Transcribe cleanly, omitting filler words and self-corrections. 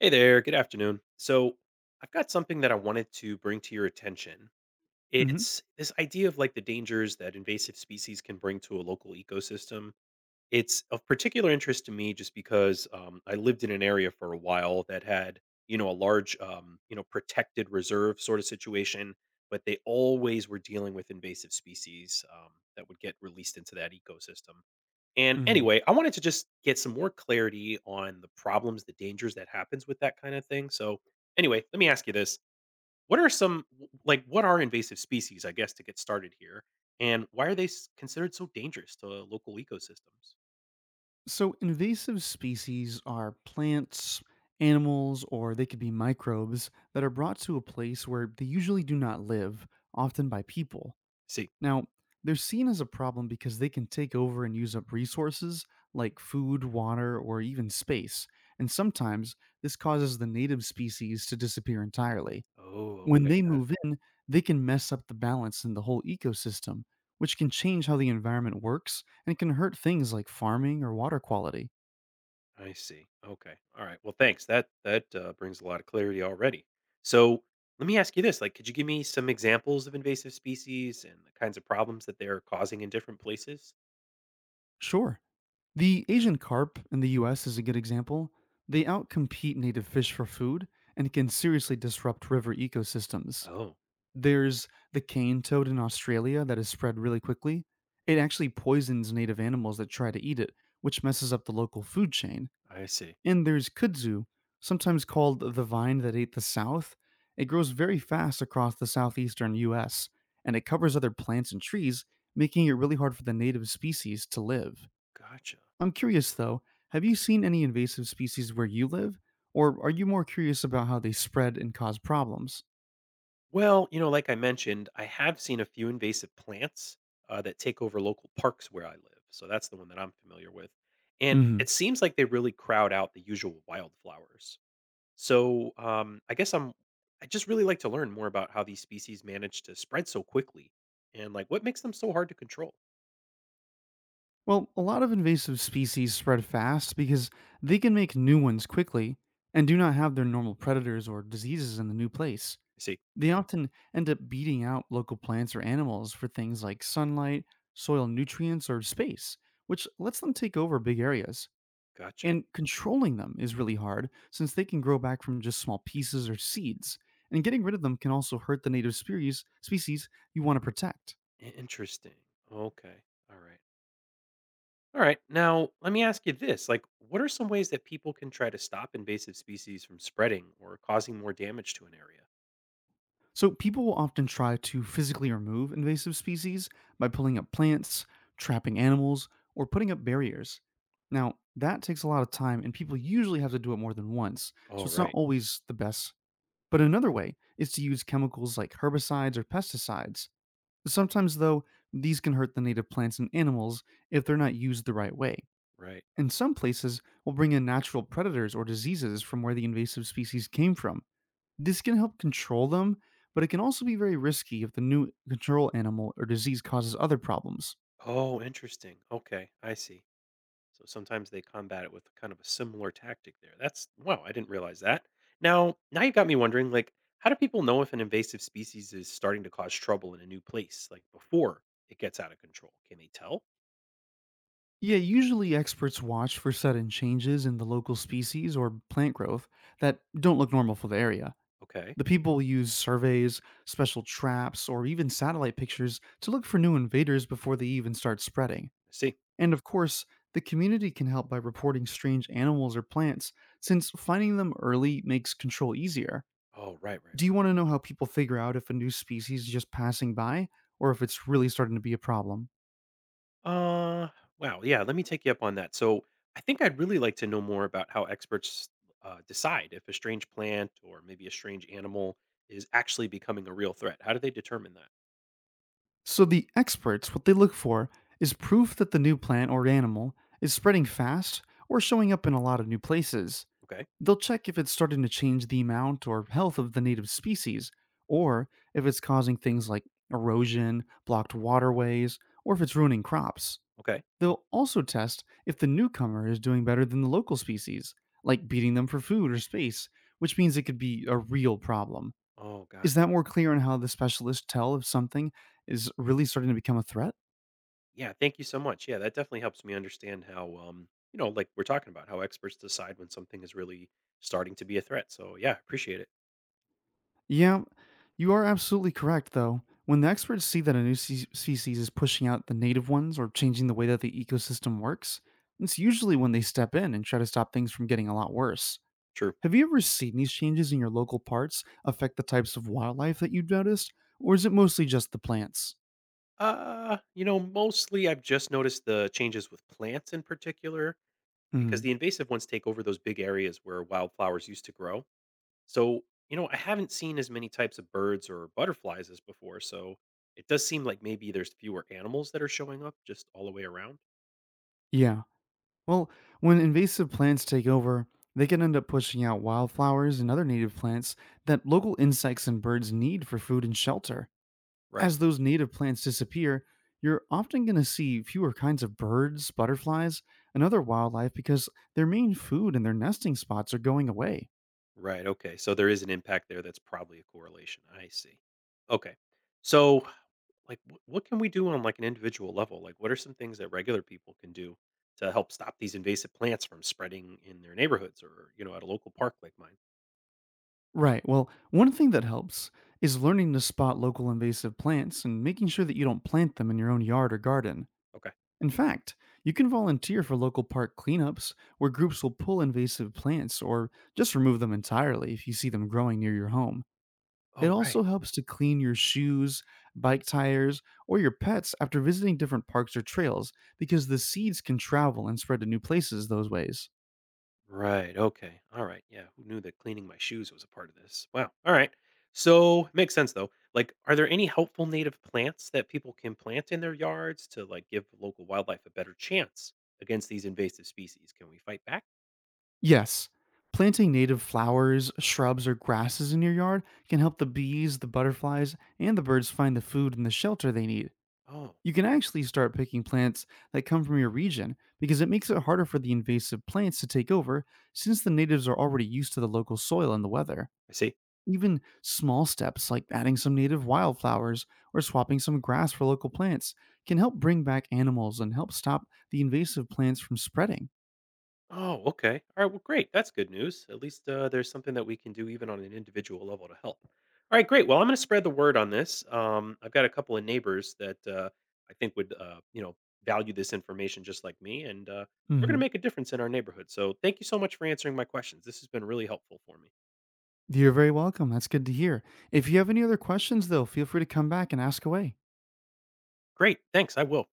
Hey there, good afternoon. So, I've got something that I wanted to bring to your attention. hmm It's this idea of like the dangers that invasive species can bring to a local ecosystem. It's of particular interest to me just because I lived in an area for a while that had, you know, a large, you know, protected reserve sort of situation, but they always were dealing with invasive species that would get released into that ecosystem. And hmm anyway, I wanted to just get some more clarity on the problems, the dangers that happens with that kind of thing. So anyway, let me ask you this. What are like what are invasive species, I guess to get started here? And why are they considered so dangerous to local ecosystems? So, invasive species are plants, animals, or they could be microbes that are brought to a place where they usually do not live, often by people. See. Now, they're seen as a problem because they can take over and use up resources like food, water, or even space. And sometimes this causes the native species to disappear entirely. Oh, When okay. they Got it. move in, they can mess up the balance in the whole ecosystem, which can change how the environment works and can hurt things like farming or water quality. I see. Okay. All right. Well, thanks. That brings a lot of clarity already. So, let me ask you this. Like, could you give me some examples of invasive species and the kinds of problems that they're causing in different places? Sure, the Asian carp in the US is a good example. They outcompete native fish for food and can seriously disrupt river ecosystems. Oh, There's the cane toad in Australia that has spread really quickly. It actually poisons native animals that try to eat it, which messes up the local food chain. I see. And there's kudzu, sometimes called the vine that ate the South. It grows very fast across the southeastern US, and it covers other plants and trees, making it really hard for the native species to live. Gotcha. I'm curious though, have you seen any invasive species where you live? Or are you more curious about how they spread and cause problems? Well, you know, like I mentioned, I have seen a few invasive plants that take over local parks where I live. So that's the one that I'm familiar with. And Hmm. it seems like they really crowd out the usual wildflowers. So I just really like to learn more about how these species manage to spread so quickly and like what makes them so hard to control. Well, a lot of invasive species spread fast because they can make new ones quickly and do not have their normal predators or diseases in the new place. I see. They often end up beating out local plants or animals for things like sunlight, soil nutrients, or space, which lets them take over big areas. Gotcha. And controlling them is really hard since they can grow back from just small pieces or seeds, and getting rid of them can also hurt the native species you want to protect. Interesting. Okay. All right. All right. Now, let me ask you this. Like, what are some ways that people can try to stop invasive species from spreading or causing more damage to an area? So, people will often try to physically remove invasive species by pulling up plants, trapping animals, or putting up barriers. Now, that takes a lot of time, and people usually have to do it more than once, Oh, so it's not right. always the best. But another way is to use chemicals like herbicides or pesticides. Sometimes, though, these can hurt the native plants and animals if they're not used the right way. Right. And some places will bring in natural predators or diseases from where the invasive species came from. This can help control them, but it can also be very risky if the new control animal or disease causes other problems. Oh, interesting. Okay. I see. So sometimes they combat it with kind of a similar tactic there. That's, wow, I didn't realize that. Now you got me wondering, like, how do people know if an invasive species is starting to cause trouble in a new place, like before it gets out of control? Can they tell? Yeah, usually experts watch for sudden changes in the local species or plant growth that don't look normal for the area. Okay. The people use surveys, special traps, or even satellite pictures to look for new invaders before they even start spreading. I see. And of course, the community can help by reporting strange animals or plants, since finding them early makes control easier. Oh, right, right. Do you want to know how people figure out if a new species is just passing by or if it's really starting to be a problem? Uh, wow. Yeah, let me take you up on that. So, I think I'd really like to know more about how experts decide if a strange plant or maybe a strange animal is actually becoming a real threat. How do they determine that? So, the experts, what they look for is proof that the new plant or animal is spreading fast or showing up in a lot of new places. Okay. They'll check if it's starting to change the amount or health of the native species, or if it's causing things like erosion, blocked waterways, or if it's ruining crops. Okay. They'll also test if the newcomer is doing better than the local species, like beating them for food or space, which means it could be a real problem. Oh, Is gotcha. that more clear on how the specialists tell if something is really starting to become a threat? Yeah. Thank you so much. Yeah, that definitely helps me understand how, you know, like we're talking about how experts decide when something is really starting to be a threat. So, yeah, appreciate it. Yeah, you are absolutely correct, though. When the experts see that a new species is pushing out the native ones or changing the way that the ecosystem works, it's usually when they step in and try to stop things from getting a lot worse. True. Have you ever seen these changes in your local parts affect the types of wildlife that you've noticed, or is it mostly just the plants? You know, mostly I've just noticed the changes with plants in particular, because Mhm. the invasive ones take over those big areas where wildflowers used to grow. So, you know, I haven't seen as many types of birds or butterflies as before, so it does seem like maybe there's fewer animals that are showing up just all the way around. Yeah. Well, when invasive plants take over, they can end up pushing out wildflowers and other native plants that local insects and birds need for food and shelter. Right. As those native plants disappear, you're often going to see fewer kinds of birds, butterflies, and other wildlife because their main food and their nesting spots are going away. Right. Okay. So there is an impact there that's probably a correlation. I see. Okay. So like what can we do on like an individual level? Like what are some things that regular people can do to help stop these invasive plants from spreading in their neighborhoods or, you know, at a local park like mine? Right. Well, one thing that helps is learning to spot local invasive plants and making sure that you don't plant them in your own yard or garden. Okay. In fact, you can volunteer for local park cleanups where groups will pull invasive plants or just remove them entirely if you see them growing near your home. It Oh, right. also helps to clean your shoes, bike tires, or your pets after visiting different parks or trails because the seeds can travel and spread to new places those ways. Right. Okay. All right. Yeah. Who knew that cleaning my shoes was a part of this? Wow. All right. So makes sense though. Like, are there any helpful native plants that people can plant in their yards to like give local wildlife a better chance against these invasive species? Can we fight back? Yes. Planting native flowers, shrubs, or grasses in your yard can help the bees, the butterflies, and the birds find the food and the shelter they need. Oh, You can actually start picking plants that come from your region because it makes it harder for the invasive plants to take over since the natives are already used to the local soil and the weather. I see. Even small steps like adding some native wildflowers or swapping some grass for local plants can help bring back animals and help stop the invasive plants from spreading. Oh, okay. All right. Well, great. That's good news. At least there's something that we can do even on an individual level to help. All right, great. Well, I'm going to spread the word on this. I've got a couple of neighbors that I think would, you know, value this information just like me, and we're going to Mhm. make a difference in our neighborhood. So, thank you so much for answering my questions. This has been really helpful for me. You're very welcome. That's good to hear. If you have any other questions, though, feel free to come back and ask away. Great. Thanks. I will.